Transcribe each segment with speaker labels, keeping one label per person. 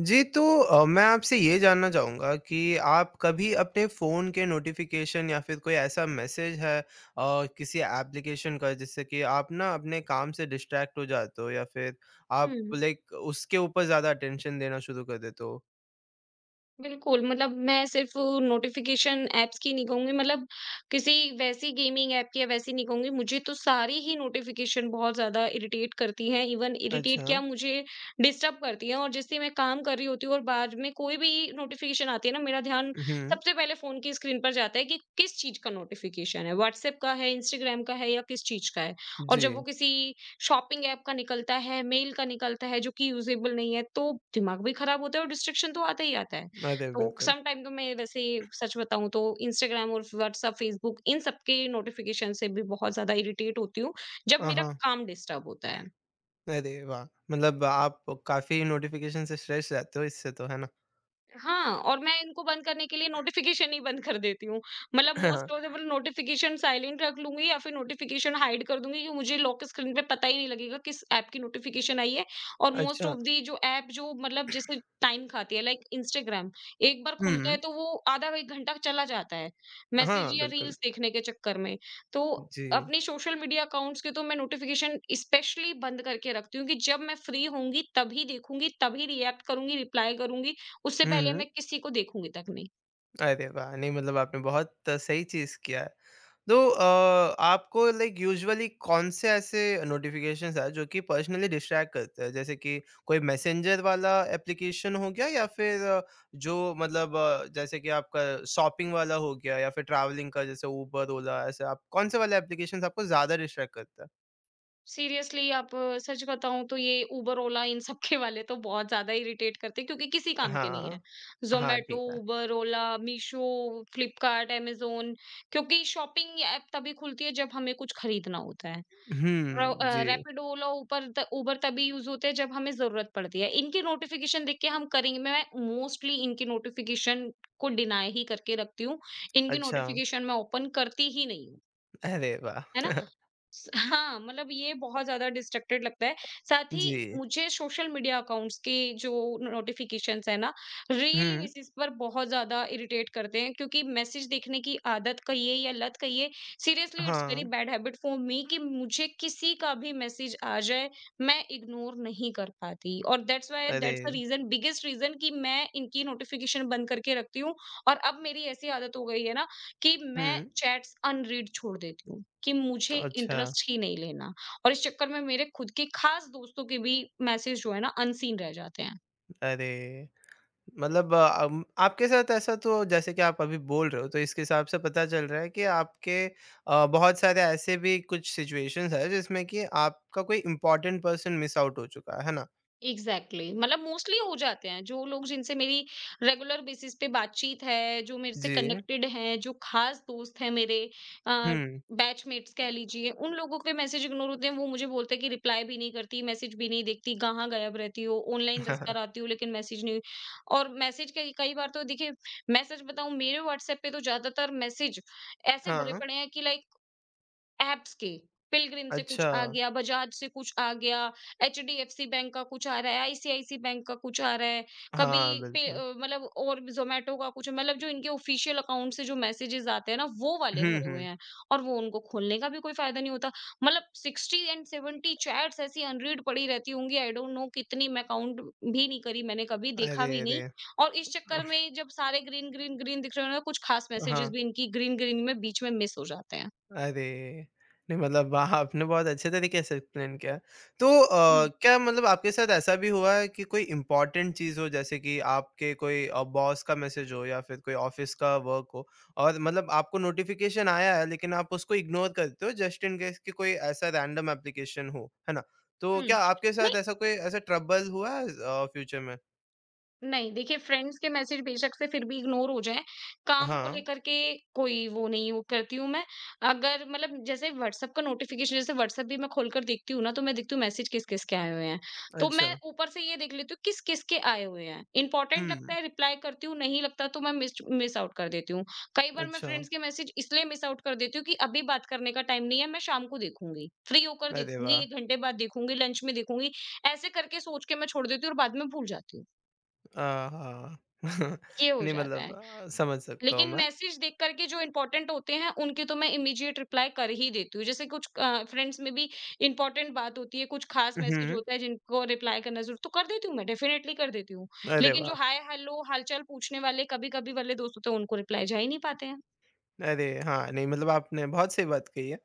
Speaker 1: जी, तो मैं आपसे ये जानना चाहूँगा कि आप कभी अपने फ़ोन के नोटिफ़िकेशन या फिर कोई ऐसा मैसेज है किसी एप्लीकेशन का जिससे कि आप ना अपने काम से डिस्ट्रैक्ट हो जाते हो या फिर आप
Speaker 2: Hmm.
Speaker 1: लाइक उसके ऊपर ज़्यादा अटेंशन देना शुरू कर देते हो?
Speaker 2: बिल्कुल, मतलब मैं सिर्फ़ नोटिफ़िकेशन ऐप्स की नहीं कहूँगी, मतलब किसी वैसी गेमिंग ऐप की या वैसी नहीं कहूँगी। मुझे तो सारी ही नोटिफ़िकेशन बहुत ज़्यादा इरिटेट करती हैं, इवन इरिटेट
Speaker 1: अच्छा।
Speaker 2: क्या, मुझे डिस्टर्ब करती हैं। और जैसे मैं काम कर रही होती हूँ और बाद में कोई भी नोटिफ़िकेशन आती है ना, मेरा ध्यान
Speaker 1: हुँ,
Speaker 2: सबसे पहले फ़ोन की स्क्रीन पर जाता है कि किस चीज़ का नोटिफ़िकेशन है, व्हाट्सऐप का है, इंस्टाग्राम का है या किस चीज़ का है। और
Speaker 1: जी।
Speaker 2: जब वो किसी शॉपिंग ऐप का निकलता है, मेल का निकलता है जो कि यूज़ेबल नहीं है, तो दिमाग भी खराब होता है और डिस्ट्रैक्शन तो आता ही आता है।
Speaker 1: अरे!
Speaker 2: तो
Speaker 1: बिल्कुल।
Speaker 2: सम टाइम तो मैं वैसे सच बताऊँ तो इंस्टाग्राम और व्हाट्सएप, फेसबुक इन सब के नोटिफ़िकेशन से भी बहुत ज़्यादा इरिटेट होती हूँ, जब
Speaker 1: हाँ,
Speaker 2: मेरा
Speaker 1: हाँ।
Speaker 2: काम डिस्टर्ब होता है।
Speaker 1: अरे वाह! मतलब आप काफ़ी नोटिफ़िकेशन से स्ट्रेस रहते हो इससे तो, है ना?
Speaker 2: हाँ, और मैं इनको बंद करने के लिए नोटिफ़िकेशन ही बंद कर देती हूँ। मतलब मोस्ट प्रोबेबल नोटिफ़िकेशन साइलेंट रख लूँगी या फिर नोटिफ़िकेशन हाइड कर दूँगी कि मुझे लॉक स्क्रीन पे पता ही नहीं लगेगा किस ऐप की नोटिफ़िकेशन आई है। और मोस्ट
Speaker 1: अच्छा।
Speaker 2: ऑफ़ दी जो ऐप जो मतलब जैसे टाइम खाती है लाइक इंस्टाग्राम, एक बार खुलता है
Speaker 1: हुँ।
Speaker 2: तो वो आधा 1 घंटा चला जाता है, मैसेज
Speaker 1: हाँ,
Speaker 2: या
Speaker 1: बिल्कुल।
Speaker 2: रील्स देखने के चक्कर में। तो
Speaker 1: जी।
Speaker 2: अपने सोशल मीडिया अकाउंट्स के तो मैं नोटिफ़िकेशन स्पेशली बंद करके रखती हूँ कि जब मैं फ्री होंगी तभी देखूँगी, तभी रिएक्ट करूँगी, रिप्लाई करूँगी, उससे
Speaker 1: हुँ,
Speaker 2: पहले
Speaker 1: हुँ।
Speaker 2: मैं किसी को देखूँगी तक नहीं।
Speaker 1: अरे वाह! नहीं मतलब आपने बहुत सही चीज़ किया है। तो आपको लाइक यूजुअली कौन से ऐसे नोटिफ़िकेशंस आए जो कि पर्सनली डिस्ट्रैक्ट करते हैं? जैसे कि कोई मैसेंजर वाला एप्लीकेशन हो गया या फिर जो मतलब जैसे कि आपका शॉपिंग वाला हो गया या फिर ट्रैवलिंग का जैसे Uber, Ola ऐसे आप कौन से वाले एप्लीकेशंस आपको ज़्यादा डिस्ट्रैक्ट करता है?
Speaker 2: सीरियसली आप सच बताऊँ तो ये उबर, ओला इन सब के वाले तो बहुत ज़्यादा इरिटेट करते हैं क्योंकि किसी काम के नहीं है।
Speaker 1: हाँ, हाँ,
Speaker 2: ज़ोमैटो,
Speaker 1: ठीक है।
Speaker 2: उबर, ओला, मीशो, फ्लिपकार्ट, अमेज़न, क्योंकि शॉपिंग ऐप तभी खुलती है जब हमें कुछ खरीदना होता है।
Speaker 1: हुँ, जी।
Speaker 2: रैपिडो, ओला, ऊपर त उबर तभी यूज़ होते हैं जब हमें ज़रूरत पड़ती है। इनकी नोटिफ़िकेशन देख के हम करेंगे, मैं मोस्टली इनकी नोटिफ़िकेशन को डिनाय ही करके रखती हूँ। इनकी
Speaker 1: अच्छा,
Speaker 2: नोटिफ़िकेशन मैं ओपन करती ही नहीं हूँ।
Speaker 1: अरे वाह!
Speaker 2: है ना? हाँ, मतलब ये बहुत ज्यादा डिस्ट्रक्टेड लगता है। साथ ही
Speaker 1: जी।
Speaker 2: मुझे सोशल मीडिया अकाउंट्स के जो नोटिफिकेशंस है ना, रियली
Speaker 1: हुँ,
Speaker 2: बेसिस पर बहुत ज्यादा इरिटेट करते हैं क्योंकि मैसेज देखने की आदत कहिए या लत कहिए, सीरियसली इट्स
Speaker 1: हाँ,
Speaker 2: very bad habit for me कि मुझे किसी का भी मैसेज आ जाए मैं इग्नोर नहीं कर पाती। और दैट्स व्हाई दैट्स द
Speaker 1: अरे!
Speaker 2: रीजन बिगेस्ट रीजन कि मैं इनकी नोटिफिकेशन बंद करके रखती हूँ। और अब मेरी ऐसी आदत हो गई है ना कि
Speaker 1: हुँ।
Speaker 2: मैं चैट्स अनरीड छोड़ देती हूँ कि मुझे
Speaker 1: अच्छा,
Speaker 2: इंटरेस्ट ही नहीं लेना। और इस चक्कर में मेरे खुद के खास दोस्तों के भी मैसेज जो है ना, अनसीन रह जाते हैं।
Speaker 1: अरे! मतलब आपके साथ ऐसा तो जैसे कि आप अभी बोल रहे हो, तो इसके हिसाब से पता चल रहा है कि आपके बहुत सारे ऐसे भी कुछ सिचुएशंस हैं, जिसमें कि आपका कोई इम्पोर्टेंट पर्सन मिस आउट हो चुका है ना?
Speaker 2: Exactly exactly. मतलब मोस्टली हो जाते हैं जो लोग जिनसे मेरी रेगुलर बेसिस पे बातचीत है, जो मेरे से
Speaker 1: जी,
Speaker 2: कनेक्टेड हैं, जो खास दोस्त हैं मेरे,
Speaker 1: हुँ।
Speaker 2: बैचमेट्स कह लीजिए, उन लोगों के मैसेज इग्नोर होते हैं। वो मुझे बोलते हैं कि रिप्लाई भी नहीं करती, मैसेज भी नहीं देखती, कहाँ गायब रहती हो, ऑनलाइन दस बार आती हो लेकिन मैसेज नहीं। और मैसेज कई कई बार तो देखिए, मैसेज बताऊं मेरे व्हाट्सएप पे तो ज्यादातर मैसेज ऐसे
Speaker 1: हाँ,
Speaker 2: भरे
Speaker 1: हाँ।
Speaker 2: पड़े हैं कि लाइक ऐप्स के, पिलग्रिम से कुछ
Speaker 1: अच्छा।
Speaker 2: आ गया, बजाज से कुछ आ गया, एचडीएफसी बैंक का कुछ आ रहा है, आईसीआईसी बैंक का कुछ आ रहा है, कभी
Speaker 1: हाँ,
Speaker 2: पे
Speaker 1: बिल्कुल।
Speaker 2: मतलब और ज़ोमैटो का कुछ, मतलब जो इनके ऑफिशियल अकाउंट से जो मैसेजेस आते हैं ना, वो वाले
Speaker 1: हुँ,
Speaker 2: भरे हुए
Speaker 1: हुँ।
Speaker 2: हैं। और वो उनको खोलने का भी कोई फायदा नहीं होता। मतलब 60 एंड 70 चैट्स ऐसी अनरीड पड़ी रहती होंगी, आई डोंट नो कितनी, मैं काउंट भी नहीं करी, मैंने कभी देखा
Speaker 1: अरे,
Speaker 2: भी नहीं।
Speaker 1: अरे!
Speaker 2: और इस चक्कर में जब सारे ग्रीन, ग्रीन, ग्रीन दिख रहे हो ना, कुछ खास मैसेजेस
Speaker 1: हाँ।
Speaker 2: भी इनकी ग्रीन, ग्रीन में बीच में मिस हो जाते हैं।
Speaker 1: अरे! नहीं मतलब वाह, आपने बहुत अच्छे तरीके से एक्सप्लेन किया। तो क्या मतलब आपके साथ ऐसा भी हुआ है कि कोई इम्पोर्टेंट चीज़ हो जैसे कि आपके कोई बॉस का मैसेज हो या फिर कोई ऑफ़िस का वर्क हो और मतलब आपको नोटिफ़िकेशन आया है लेकिन आप उसको इग्नोर करते हो जस्ट इन केस कि कोई ऐसा रैंडम एप्लीकेशन हो, है ना? तो क्या
Speaker 2: 嗯，
Speaker 1: आपके
Speaker 2: 那
Speaker 1: साथ ऐसा कोई ऐसा ट्रबल हुआ है फ्यूचर में?
Speaker 2: नहीं, देखिए फ्रेंड्स के मैसेज बेशक से फिर भी इग्नोर हो जाएँ, काम को
Speaker 1: हाँ,
Speaker 2: लेकर के कोई वो नहीं, वो करती हूँ मैं। अगर मतलब जैसे व्हाट्सएप का नोटिफ़िकेशन, जैसे व्हाट्सएप भी मैं खोलकर देखती हूँ ना, तो मैं देखती हूँ मैसेज किस-किस के आए हुए हैं। तो
Speaker 1: अच्छा।
Speaker 2: मैं ऊपर से ये देख लेती हूँ किस-किस के आए हुए हैं। इम्पोर्टेंट लगता
Speaker 1: हुँ,
Speaker 2: है रिप्लाई करती हूँ, नहीं लगता तो मैं मिस्ड मिस आउट कर देती हूँ। कई बार मैं
Speaker 1: अच्छा।
Speaker 2: फ्रेंड्स के मैसेज इसलिए मिस आउट कर देती हूँ कि अभी बात करने का टाइम नहीं है, मैं शाम को देखूँगी। फ्री होकर
Speaker 1: अरे
Speaker 2: देखूँगी,
Speaker 1: वाह!
Speaker 2: 1 घंटे बाद देखूँगी, लंच में देखूँगी। ऐसे करके सोच के मैं छोड़ देती हूँ और बाद में भूल जाती हूँ।
Speaker 1: अ, हाँ।
Speaker 2: ये हो
Speaker 1: नहीं
Speaker 2: जाता
Speaker 1: मतलब
Speaker 2: है।
Speaker 1: समझ सकता हूँ
Speaker 2: लेकिन
Speaker 1: मैं।
Speaker 2: मैसेज देख कर के जो इम्पोर्टेंट होते हैं, उनके तो मैं इमीडिएट रिप्लाई कर ही देती हूँ। जैसे कुछ फ्रेंड्स में भी इम्पोर्टेंट बात होती है, कुछ खास मैसेज
Speaker 1: हुँ,
Speaker 2: होता है जिनको रिप्लाई करना ज़रूर तो कर देती हूँ मैं, डेफ़िनेटली कर देती हूँ।
Speaker 1: अरे
Speaker 2: लेकिन
Speaker 1: वाह!
Speaker 2: जो हाय, हेलो, हालचाल पूछने वाले कभी-कभी वाले दोस्त होते हैं, उनको रिप्लाई जा ही नहीं पाते हैं।
Speaker 1: अरे हाँ, नहीं मतलब आपने बहुत सही बात कही है।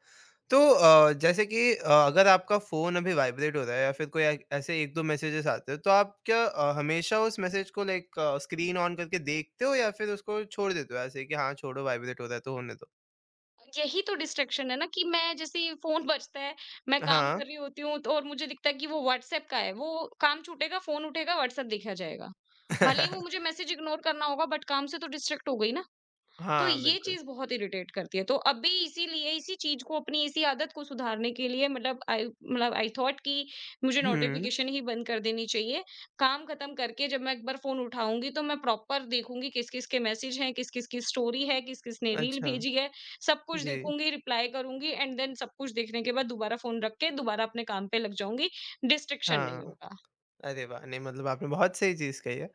Speaker 1: तो जैसे कि अगर आपका फ़ोन अभी वाइब्रेट हो रहा है या फिर कोई ऐ ऐसे 1-2 मैसेजेस आते हैं, तो आप क्या हमेशा उस मैसेज को लाइक स्क्रीन ऑन करके देखते हो या फिर उसको छोड़ देते हो ऐसे कि हाँ, छोड़ो वाइब्रेट हो रहा है तो होने दो?
Speaker 2: यही तो डिस्ट्रैक्शन है ना कि मैं जैसे ही फ़ोन बजता है, मैं काम कर
Speaker 1: हाँ।
Speaker 2: रही होती हूँ तो और मुझे दिखता है कि वो व्हाट्सएप का है, वो काम छूटेगा, फ़ोन उठेगा, व्हाट्सएप देखा जाएगा। भले ही वो मुझे मैसेज इग्नोर करना होगा बट काम से तो डिस्ट्रैक्ट हो गई ना। तो
Speaker 1: हाँ,
Speaker 2: ये
Speaker 1: बिल्कुल।
Speaker 2: चीज़ बहुत इरिटेट करती है। तो अभी इसीलिए इसी चीज़ को अपनी इसी आदत को सुधारने के लिए, मतलब आई थॉट कि मुझे
Speaker 1: हुँ,
Speaker 2: नोटिफ़िकेशन ही बंद कर देनी चाहिए। काम खत्म करके जब मैं एक बार फ़ोन उठाऊँगी तो मैं प्रॉपर देखूँगी किस-किस के मैसेज हैं, किस-किस की स्टोरी है, किस-किस ने रील
Speaker 1: अच्छा।
Speaker 2: भेजी है, सब कुछ
Speaker 1: जी,
Speaker 2: देखूँगी, रिप्लाई करूँगी एंड देन सब कुछ देखने के बाद दोबारा फ़ोन रख के दोबारा अपने काम पे लग जाऊँगी। डिस्ट्रैक्शन नहीं
Speaker 1: हाँ।
Speaker 2: होगा।
Speaker 1: अरे वाह! नहीं मतलब आपने बहुत सही चीज़ कही है।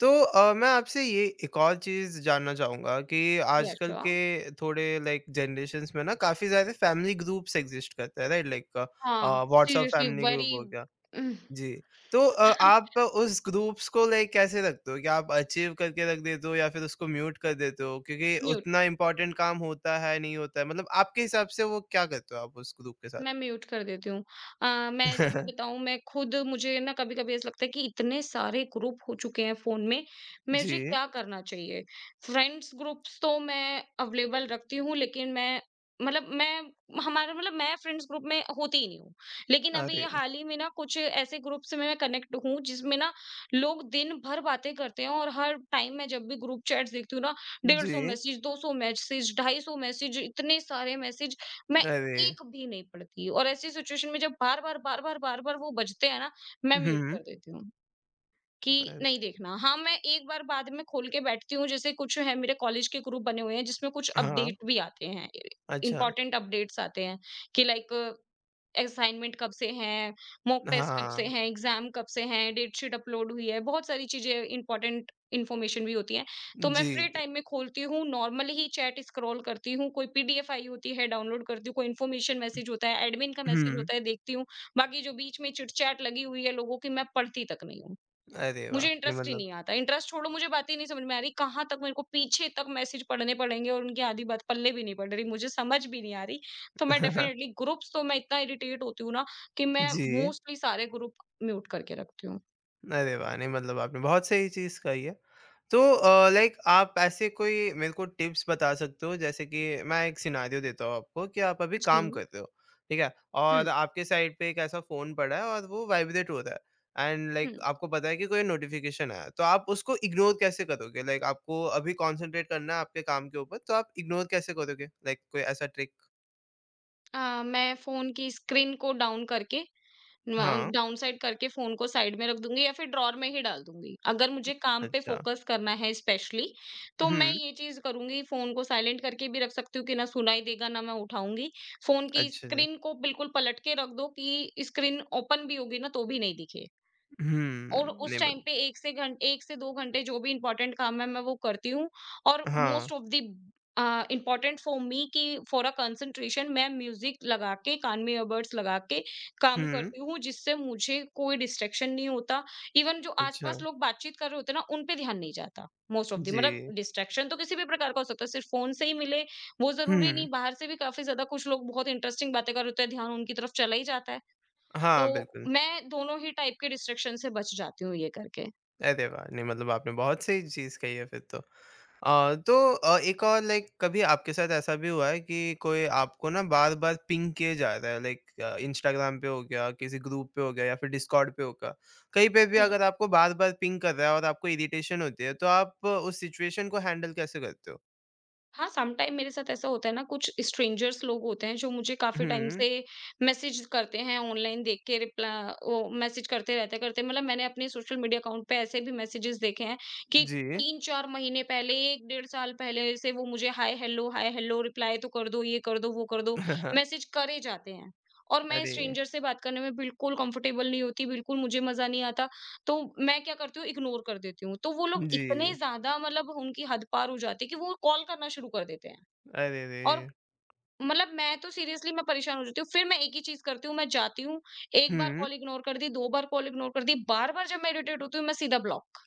Speaker 1: तो मैं आपसे ये एक और चीज़ जानना चाहूँगा कि
Speaker 2: यस,
Speaker 1: आजकल
Speaker 2: श्योर।
Speaker 1: के थोड़े लाइक जनरेशन्स में ना काफ़ी ज़्यादा फैमिली ग्रुप्स एग्ज़िस्ट करते हैं राइट? लाइक
Speaker 2: हाँ,
Speaker 1: WhatsApp
Speaker 2: seriously
Speaker 1: family
Speaker 2: very
Speaker 1: group हो गया। जी, तो आप उस ग्रुप्स को लाइक कैसे रखते हो? क्या आप आर्चिव करके रख देते हो या फिर उसको म्यूट कर देते हो? क्योंकि
Speaker 2: म्यूट।
Speaker 1: उतना इम्पोर्टेंट काम होता है, नहीं होता है, मतलब आपके हिसाब से वो क्या करते हो आप उस ग्रुप के साथ?
Speaker 2: मैं म्यूट कर देती हूँ। मैं जैसे बताऊँ, मैं खुद मुझे ना कभी-कभी ऐसा लगता है कि इतने सारे ग्रुप हो चुके हैं फ़ोन में, मुझे
Speaker 1: जी,
Speaker 2: क्या करना चाहिए? फ्रेंड्स ग्रुप्स तो मैं अवेलेबल रखती हूँ लेकिन मैं, मतलब मैं, हमारा मतलब मैं फ्रेंड्स ग्रुप में होती ही नहीं हूँ। लेकिन अभी
Speaker 1: अरे!
Speaker 2: हाल ही में ना कुछ ऐसे ग्रुप से मैं कनेक्ट हूँ जिसमें ना लोग दिन भर बातें करते हैं। और हर टाइम मैं जब भी ग्रुप चैट्स देखती हूँ ना,
Speaker 1: जी,
Speaker 2: 150 मैसेज, 200 मैसेज, 250 मैसेज, इतने सारे मैसेज मैं
Speaker 1: अरे!
Speaker 2: एक भी नहीं पड़ती, और ऐसी सिचुएशन में जब बार-बार, बार-बार, बार-बार वो बजते हैं ना, मैं म्यूट
Speaker 1: हुँ।
Speaker 2: कर देती हूँ कि
Speaker 1: अ,
Speaker 2: नहीं देखना। हाँ, मैं एक बार बाद में खोल के बैठती हूँ, जैसे कुछ है मेरे कॉलेज के ग्रुप बने हुए हैं जिसमें कुछ
Speaker 1: हाँ,
Speaker 2: अपडेट भी आते हैं,
Speaker 1: अच्छा।
Speaker 2: इम्पोर्टेंट अपडेट्स आते हैं कि लाइक असाइनमेंट कब से हैं, मॉक टेस्ट कब से
Speaker 1: हाँ,
Speaker 2: हैं, एग्ज़ाम कब से हैं, डेट शीट अपलोड हुई है, बहुत सारी चीज़ें, इम्पोर्टेंट इन्फॉर्मेशन भी होती है। तो मैं
Speaker 1: जी,
Speaker 2: फ्री
Speaker 1: जी।
Speaker 2: टाइम में खोलती हूँ, नॉर्मली ही चैट स्क्रॉल करती हूँ, कोई पीडीएफ आई होती है डाउनलोड करती हूँ, कोई इन्फॉर्मेशन मैसेज होता है, एडमिन का मैसेज
Speaker 1: हुँ,
Speaker 2: होता है देखती हूँ, बाकी जो बीच में चिट-चैट लगी हुई है लोगों की मैं पढ़ती तक नहीं हूँ।
Speaker 1: अरे वाह!
Speaker 2: मुझे
Speaker 1: नहीं
Speaker 2: इंटरेस्ट ही
Speaker 1: मतलब
Speaker 2: नहीं आता। इंटरेस्ट छोड़ो, मुझे बात ही नहीं समझ में आ रही, कहाँ तक मेरे को पीछे तक मैसेज पढ़ने पड़ेंगे और उनकी आधी बात पल्ले भी नहीं पड़ रही, मुझे समझ भी नहीं आ रही। तो मैं डेफिनिटली ग्रुप्स तो मैं इतना इरिटेट होती हूँ ना कि मैं
Speaker 1: जी।
Speaker 2: मोस्टली सारे ग्रुप म्यूट करके रखती हूँ।
Speaker 1: अरे वाह! नहीं मतलब आपने बहुत सही चीज़ कही है। तो लाइक आप ऐसे कोई मेरे को टिप्स बता सकते हो जैसे कि मैं एक सिनेरियो देता हूँ आपको कि आप अभी
Speaker 2: जी।
Speaker 1: काम करते हो, ठीक है?
Speaker 2: हुँ,
Speaker 1: और आपके साइड पे एक ऐसा फ़ोन पड़ा है और वो वाइब्रेट हो रहा है एंड लाइक
Speaker 2: हुँ।
Speaker 1: आपको पता है कि कोई नोटिफ़िकेशन आया है, तो आप उसको इग्नोर कैसे करोगे? लाइक आपको अभी कॉन्संट्रेट करना है आपके काम के ऊपर तो आप इग्नोर कैसे करोगे? लाइक कोई ऐसा ट्रिक?
Speaker 2: मैं फ़ोन की स्क्रीन को डाउन करके
Speaker 1: हाँ,
Speaker 2: डाउन साइड करके फोन को साइड में रख दूंगी या फिर ड्रॉर में ही डाल दूंगी। अगर मुझे काम पे
Speaker 1: अच्छा।
Speaker 2: फोकस करना है स्पेशली तो मैं
Speaker 1: हुँ,
Speaker 2: ये चीज करूंगी, फोन को साइलेंट करके भी रख सकती हूँ कि ना सुनाई देगा ना मैं उठाऊंगी। फोन की
Speaker 1: अच्छा जी।
Speaker 2: स्क्रीन को बिल्कुल पलट के रख दो कि स्क्रीन ओपन भी होगी ना तो भी नहीं दिखे।
Speaker 1: हुँ,
Speaker 2: और
Speaker 1: नहीं
Speaker 2: उस
Speaker 1: मत
Speaker 2: टाइम पे 1 से 2 घंटे जो भी इम्पोर्टेंट काम है मैं वो करती हूँ, और
Speaker 1: हाँ,
Speaker 2: most of the important for me कि फॉर अ कंसंट्रेशन मैं म्यूजिक लगा के कान में ईयरबड्स लगा के काम
Speaker 1: हुँ,
Speaker 2: करती हूँ जिससे मुझे कोई डिस्ट्रैक्शन नहीं होता। इवन जो
Speaker 1: अच्छा।
Speaker 2: आस-पास लोग बातचीत कर रहे होते हैं ना, उन पे ध्यान नहीं जाता। मोस्ट ऑफ द
Speaker 1: जी।
Speaker 2: मतलब डिस्ट्रैक्शन तो किसी भी प्रकार का हो सकता है, सिर्फ फ़ोन से ही मिले वो
Speaker 1: हुँ।
Speaker 2: ज़रूरी नहीं, बाहर से भी काफ़ी ज़्यादा कुछ लोग बहुत इंटरेस्टिंग बातें कर रहे होते हैं, ध्यान उनकी तरफ चला ही जाता है। तो
Speaker 1: हाँ, बिल्कुल।
Speaker 2: मैं दोनों ही टाइप के डिस्ट्रैक्शन से बच जाती हूँ ये करके।
Speaker 1: अरे वाह! नहीं मतलब आपने बहुत सही चीज़ कही है फिर तो। तो एक और लाइक कभी आपके साथ ऐसा भी हुआ है कि कोई आपको ना बार-बार पिंग किए जा रहा है लाइक इंस्टाग्राम पे हो गया, किसी ग्रुप पे हो गया या फिर डिस्कॉर्ड पे होगा। कहीं पे भी
Speaker 2: हुँ।
Speaker 1: अगर आपको बार-बार पिंग कर रहा है और आपको इरिटेशन होती है, तो आप उस सिचुएशन को हैंडल कैसे करते हो?
Speaker 2: हाँ, सम टाइम मेरे साथ ऐसा होता है ना कुछ स्ट्रेंजर्स लोग होते हैं जो मुझे काफ़ी टाइम
Speaker 1: हुँ।
Speaker 2: से मैसेज करते हैं, ऑनलाइन देख के, रिप्ला वो मैसेज करते रहते करते, मतलब मैंने अपने सोशल मीडिया अकाउंट पे ऐसे भी मैसेजेस देखे हैं कि
Speaker 1: जी।
Speaker 2: 3-4 महीने पहले 1 डेढ़ साल पहले से वो मुझे हाय हेलो रिप्लाई तो कर दो, ये कर दो, वो कर दो, मैसेज करे जाते हैं। और मैं
Speaker 1: अरे!
Speaker 2: स्ट्रेंजर से बात करने में बिल्कुल कंफर्टेबल नहीं होती, बिल्कुल मुझे मज़ा नहीं आता। तो मैं क्या करती हूँ, इग्नोर कर देती हूँ। तो वो लोग
Speaker 1: जी।
Speaker 2: इतने ज़्यादा, मतलब उनकी हद पार हो जाती है कि वो कॉल करना शुरू कर देते हैं।
Speaker 1: अरे रे!
Speaker 2: और मतलब मैं तो सीरियसली मैं परेशान हो जाती हूँ। फिर मैं एक ही चीज़ करती हूँ, मैं जाती हूँ, एक बार
Speaker 1: हुँ।
Speaker 2: कॉल इग्नोर कर दी, 2 बार कॉल इग्नोर कर दी, बार-बार जब मैं इरिटेट होती हूँ, मैं सीधा ब्लॉक।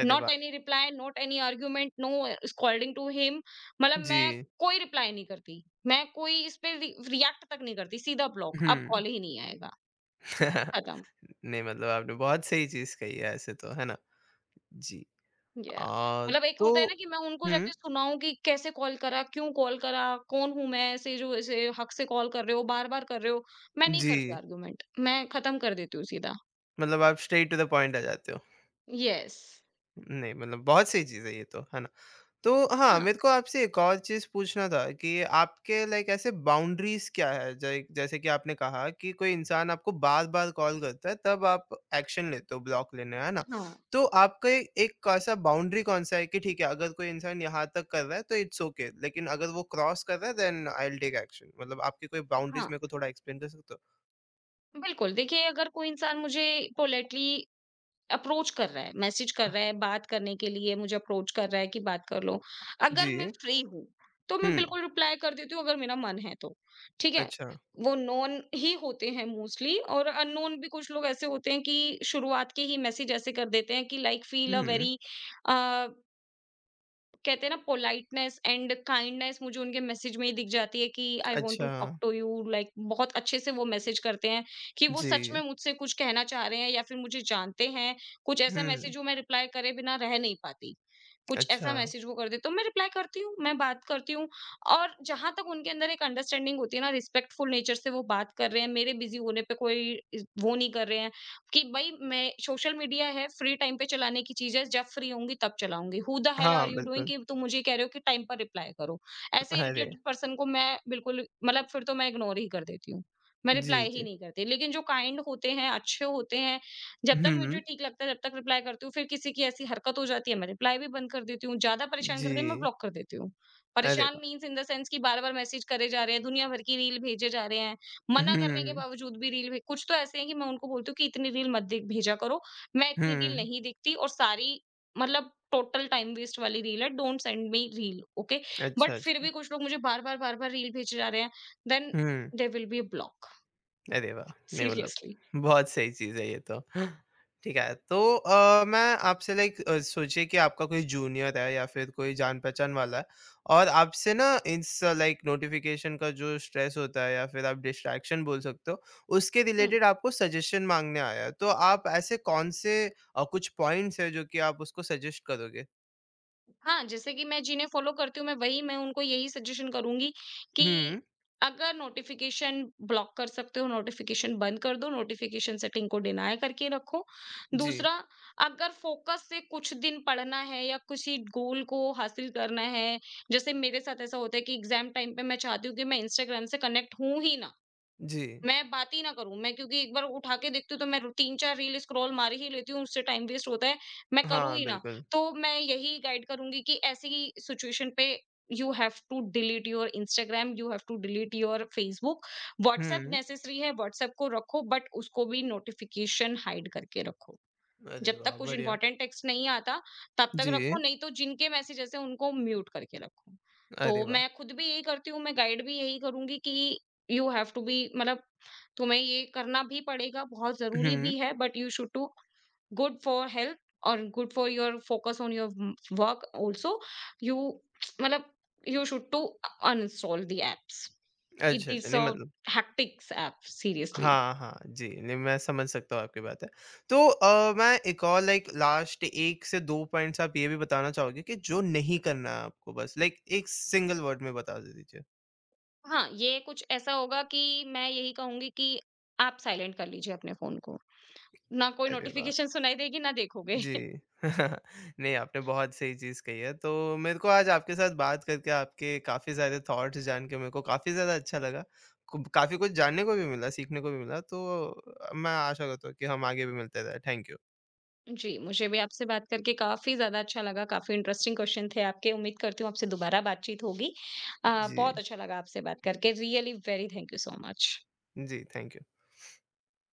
Speaker 1: अरे
Speaker 2: नॉट
Speaker 1: वाह!
Speaker 2: Any reply, not any argument, no scolding to him, मतलब
Speaker 1: जी।
Speaker 2: मैं कोई रिप्लाई नहीं करती। मैं कोई इस पे रि रिएक्ट तक नहीं करती, सीधा ब्लॉक। अब
Speaker 1: हुँ।
Speaker 2: कॉल ही नहीं आएगा, खत्म।
Speaker 1: नहीं मतलब आपने बहुत सही चीज़ कही है ऐसे तो, है ना? जी।
Speaker 2: या
Speaker 1: अ,
Speaker 2: मतलब एक होता
Speaker 1: तो
Speaker 2: है ना कि मैं उनको
Speaker 1: हुँ,
Speaker 2: जाके सुनाऊं कि कैसे कॉल करा, क्यों कॉल करा, कौन हूं मैं, ऐसे जो ऐसे हक से कॉल कर रहे हो, बार बार कर रहे हो। मैं नहीं
Speaker 1: जी।
Speaker 2: करती आर्गुमेंट, मैं खत्म कर देती हूँ सीधा।
Speaker 1: मतलब आप स्ट्रेट टू द पॉइंट आ जाते हो।
Speaker 2: यस।
Speaker 1: नहीं मतलब बहुत सही चीज़ है ये तो, है ना? तो हाँ,
Speaker 2: हाँ,
Speaker 1: मेरे को आपसे एक और चीज़ पूछना था कि आपके लाइक ऐसे बाउंड्रीज़ क्या है? जै जैसे कि आपने कहा कि कोई इंसान आपको बार-बार कॉल करता है, तब आप एक्शन लेते हो ब्लॉक लेने, है ना?
Speaker 2: हाँ,
Speaker 1: तो आपका एक ऐसा बाउंड्री कौन-सा है कि ठीक है, अगर कोई इंसान यहाँ तक कर रहा है तो इट्स ओके, लेकिन अगर वो क्रॉस कर रहा है then I will take action. मतलब आपकी कोई बाउंड्रीज़
Speaker 2: हाँ,
Speaker 1: मेरे को थोड़ा एक्सप्लेन कर सकते हो?
Speaker 2: बिल्कुल। देखिए, अगर कोई इंसान मुझे पोलाइटली अप्रोच कर रहा है, मैसेज कर रहा है, बात करने के लिए मुझे अप्रोच कर रहा है कि बात कर लो। अगर मैं
Speaker 1: जी।
Speaker 2: फ्री हूँ, तो मैं
Speaker 1: हुँ,
Speaker 2: बिल्कुल रिप्लाई कर देती हूँ, अगर मेरा मन है तो, ठीक है?
Speaker 1: अच्छा।
Speaker 2: वो नोन ही होते हैं मोस्टली, और अननोन भी कुछ लोग ऐसे होते हैं कि शुरुआत के ही मैसेज ऐसे कर देते हैं कि like feel a
Speaker 1: hmm,
Speaker 2: very a कहते हैं ना, पोलाइटनेस एंड काइंडनेस मुझे उनके मैसेज में ही दिख जाती है कि आई वांट टू
Speaker 1: अच्छा।
Speaker 2: टॉक टू यू, लाइक बहुत अच्छे से वो मैसेज करते हैं कि वो सच में
Speaker 1: जी।
Speaker 2: मुझसे कुछ कहना चाह रहे हैं या फिर मुझे जानते हैं। कुछ ऐसा मैसेज
Speaker 1: हुँ,
Speaker 2: जो मैं रिप्लाई करे बिना रह नहीं पाती, कुछ
Speaker 1: अच्छा।
Speaker 2: ऐसा मैसेज वो कर देते तो मैं रिप्लाई करती हूँ, मैं बात करती हूँ। और जहां तक उनके अंदर एक अंडरस्टैंडिंग होती है ना, रिस्पेक्टफुल नेचर से वो बात कर रहे हैं, मेरे बिजी होने पे कोई इस- वो नहीं कर रहे हैं कि भाई, मैं सोशल मीडिया है फ्री टाइम पे चलाने की चीज है, जब फ्री होंगी तब चलाऊंगी। हु द हेल
Speaker 1: हाँ,
Speaker 2: आर यू डूइंग
Speaker 1: बिल्कुल।
Speaker 2: कि तुम मुझे कह रहे हो कि टाइम पर रिप्लाई करो। ऐसे
Speaker 1: अरे!
Speaker 2: इरिटेटेड पर्सन को मैं बिल्कुल, मतलब फिर तो मैं इग्नोर ही कर देती हूँ, मैं
Speaker 1: जी,
Speaker 2: रिप्लाई ही
Speaker 1: जी।
Speaker 2: नहीं करती। लेकिन जो काइंड होते हैं, अच्छे होते हैं, जब तक
Speaker 1: हुँ,
Speaker 2: मुझे ठीक लगता है जब तक रिप्लाई करती हूँ। फिर किसी की ऐसी हरकत हो जाती है, मैं रिप्लाई भी बंद कर देती हूँ। ज्यादा परेशान
Speaker 1: जी।
Speaker 2: करते हैं, मैं ब्लॉक कर देती हूँ।
Speaker 1: अरे
Speaker 2: परेशान
Speaker 1: वाह!
Speaker 2: मीन्स इन द सेंस कि बार बार मैसेज करे जा रहे हैं, दुनिया भर की रील भेजे जा रहे हैं, मना करने के
Speaker 1: हुँ,
Speaker 2: बावजूद भी रील भे कुछ तो ऐसे हैं कि मैं उनको बोलती हूँ कि इतनी रील मत दे भेजा करो। मैं इतनी रील
Speaker 1: हुँ।
Speaker 2: नहीं देखती और सारी, मतलब टोटल टाइम वेस्ट वाली रील है, don't send me reel, okay?
Speaker 1: अच्छा,
Speaker 2: बट फिर
Speaker 1: अच्छा।
Speaker 2: भी कुछ लोग मुझे बार-बार, बार-बार रील भेजे जा रहे हैं, then
Speaker 1: hmm,
Speaker 2: there will be a block
Speaker 1: अरे वाह! नहीं मतलब
Speaker 2: सीरियसली।
Speaker 1: बहुत सही चीज़ है ये तो। ठीक है, तो मैं आपसे लाइक सोचिए कि आपका कोई जूनियर है या फिर कोई जान-पहचान वाला है और आपसे ना इस लाइक नोटिफ़िकेशन का जो स्ट्रेस होता है या फिर आप डिस्ट्रैक्शन बोल सकते हो, उसके रिलेटेड आपको सजेशन माँगने आया है। तो आप ऐसे कौन से कुछ पॉइंट्स हैं जो कि आप उसको सजेस्ट करोगे?
Speaker 2: हाँ, जैसे कि मैं जिन्हें फ़ॉलो करती हूँ, मैं उनको यही सजेशन करूँगी कि
Speaker 1: हुँ,
Speaker 2: अगर नोटिफ़िकेशन ब्लॉक कर सकते हो, नोटिफ़िकेशन बंद कर दो, नोटिफ़िकेशन सेटिंग को डिनाय करके रखो।
Speaker 1: जी,
Speaker 2: दूसरा, अगर फ़ोकस से कुछ दिन पढ़ना है या किसी गोल को हासिल करना है, जैसे मेरे साथ ऐसा होता है कि एग्ज़ाम टाइम पे मैं चाहती हूँ कि मैं इंस्टाग्राम से कनेक्ट हूँ ही ना,
Speaker 1: जी।
Speaker 2: मैं बात ही ना करूँ। मैं क्योंकि एक बार उठा के देखती हूँ तो मैं 3-4 रील स्क्रॉल मार ही लेती हूँ, उससे टाइम वेस्ट होता है, मैं करूँ
Speaker 1: हाँ,
Speaker 2: ही ना।
Speaker 1: बिल्कुल।
Speaker 2: तो मैं यही गाइड करूँगी कि ऐसी सिचुएशन पे you have to delete your Instagram, you have to delete your Facebook. WhatsApp
Speaker 1: hmm,
Speaker 2: necessary है, व्हाट्सएप को रखो बट उसको भी नोटिफ़िकेशन हाइड करके रखो।
Speaker 1: अरे
Speaker 2: जब
Speaker 1: वाह!
Speaker 2: तक कुछ
Speaker 1: बढ़िया।
Speaker 2: इंपॉर्टेंट टेक्स्ट नहीं आता तब तक
Speaker 1: जी,
Speaker 2: रखो, नहीं तो जिनके मैसेजेस हैं उनको म्यूट करके रखो। तो
Speaker 1: अरे वाह!
Speaker 2: मैं खुद भी यही करती हूँ, मैं गाइड भी यही करूँगी कि यू हैव टू बी, मतलब तुम्हें ये करना भी पड़ेगा, बहुत ज़रूरी
Speaker 1: हुँ,
Speaker 2: भी है, but you should to good for health और good for your focus on your work also. You, मतलब you should to uninstall the apps.
Speaker 1: अच्छा,
Speaker 2: इट
Speaker 1: अच्छा,
Speaker 2: इज़
Speaker 1: नहीं
Speaker 2: अ
Speaker 1: मतलब
Speaker 2: हेक्टिक एप सीरियसली।
Speaker 1: हाँ, हाँ, जी, नहीं मैं समझ सकता हूँ आपकी बात है। तो मैं एक और लाइक लास्ट 1 से 2 पॉइंट्स आप ये भी बताना चाहोगे कि जो नहीं करना है आपको बस लाइक एक सिंगल वर्ड में बता दे दीजिए?
Speaker 2: हाँ, ये कुछ ऐसा होगा कि मैं यही कहूँगी कि आप साइलेंट कर लीजिए अपने फ़ोन को। ना कोई
Speaker 1: अरे वाह!
Speaker 2: नोटिफ़िकेशन सुनाई देगी, ना देखोगे।
Speaker 1: जी। नहीं, आपने बहुत सही चीज़ कही है। तो मेरे को आज आपके साथ बात करके आपके काफ़ी सारे थॉट्स जान के मेरे को काफ़ी ज़्यादा अच्छा लगा। कुब काफ़ी कुछ जानने को भी मिला, सीखने को भी मिला। तो मैं आशा करता हूँ कि हम आगे भी मिलते रहें। Thank you.
Speaker 2: जी, मुझे भी आपसे बात करके काफ़ी ज़्यादा अच्छा लगा, काफ़ी इंटरेस्टिंग क्वेश्चन थे आपके। उम्मीद करती हूँ आपसे दोबारा बातचीत होगी। बहुत
Speaker 1: जी।
Speaker 2: अच्छा लगा आपसे बात करके। Really very thank you so much.
Speaker 1: जी, थैंक यू।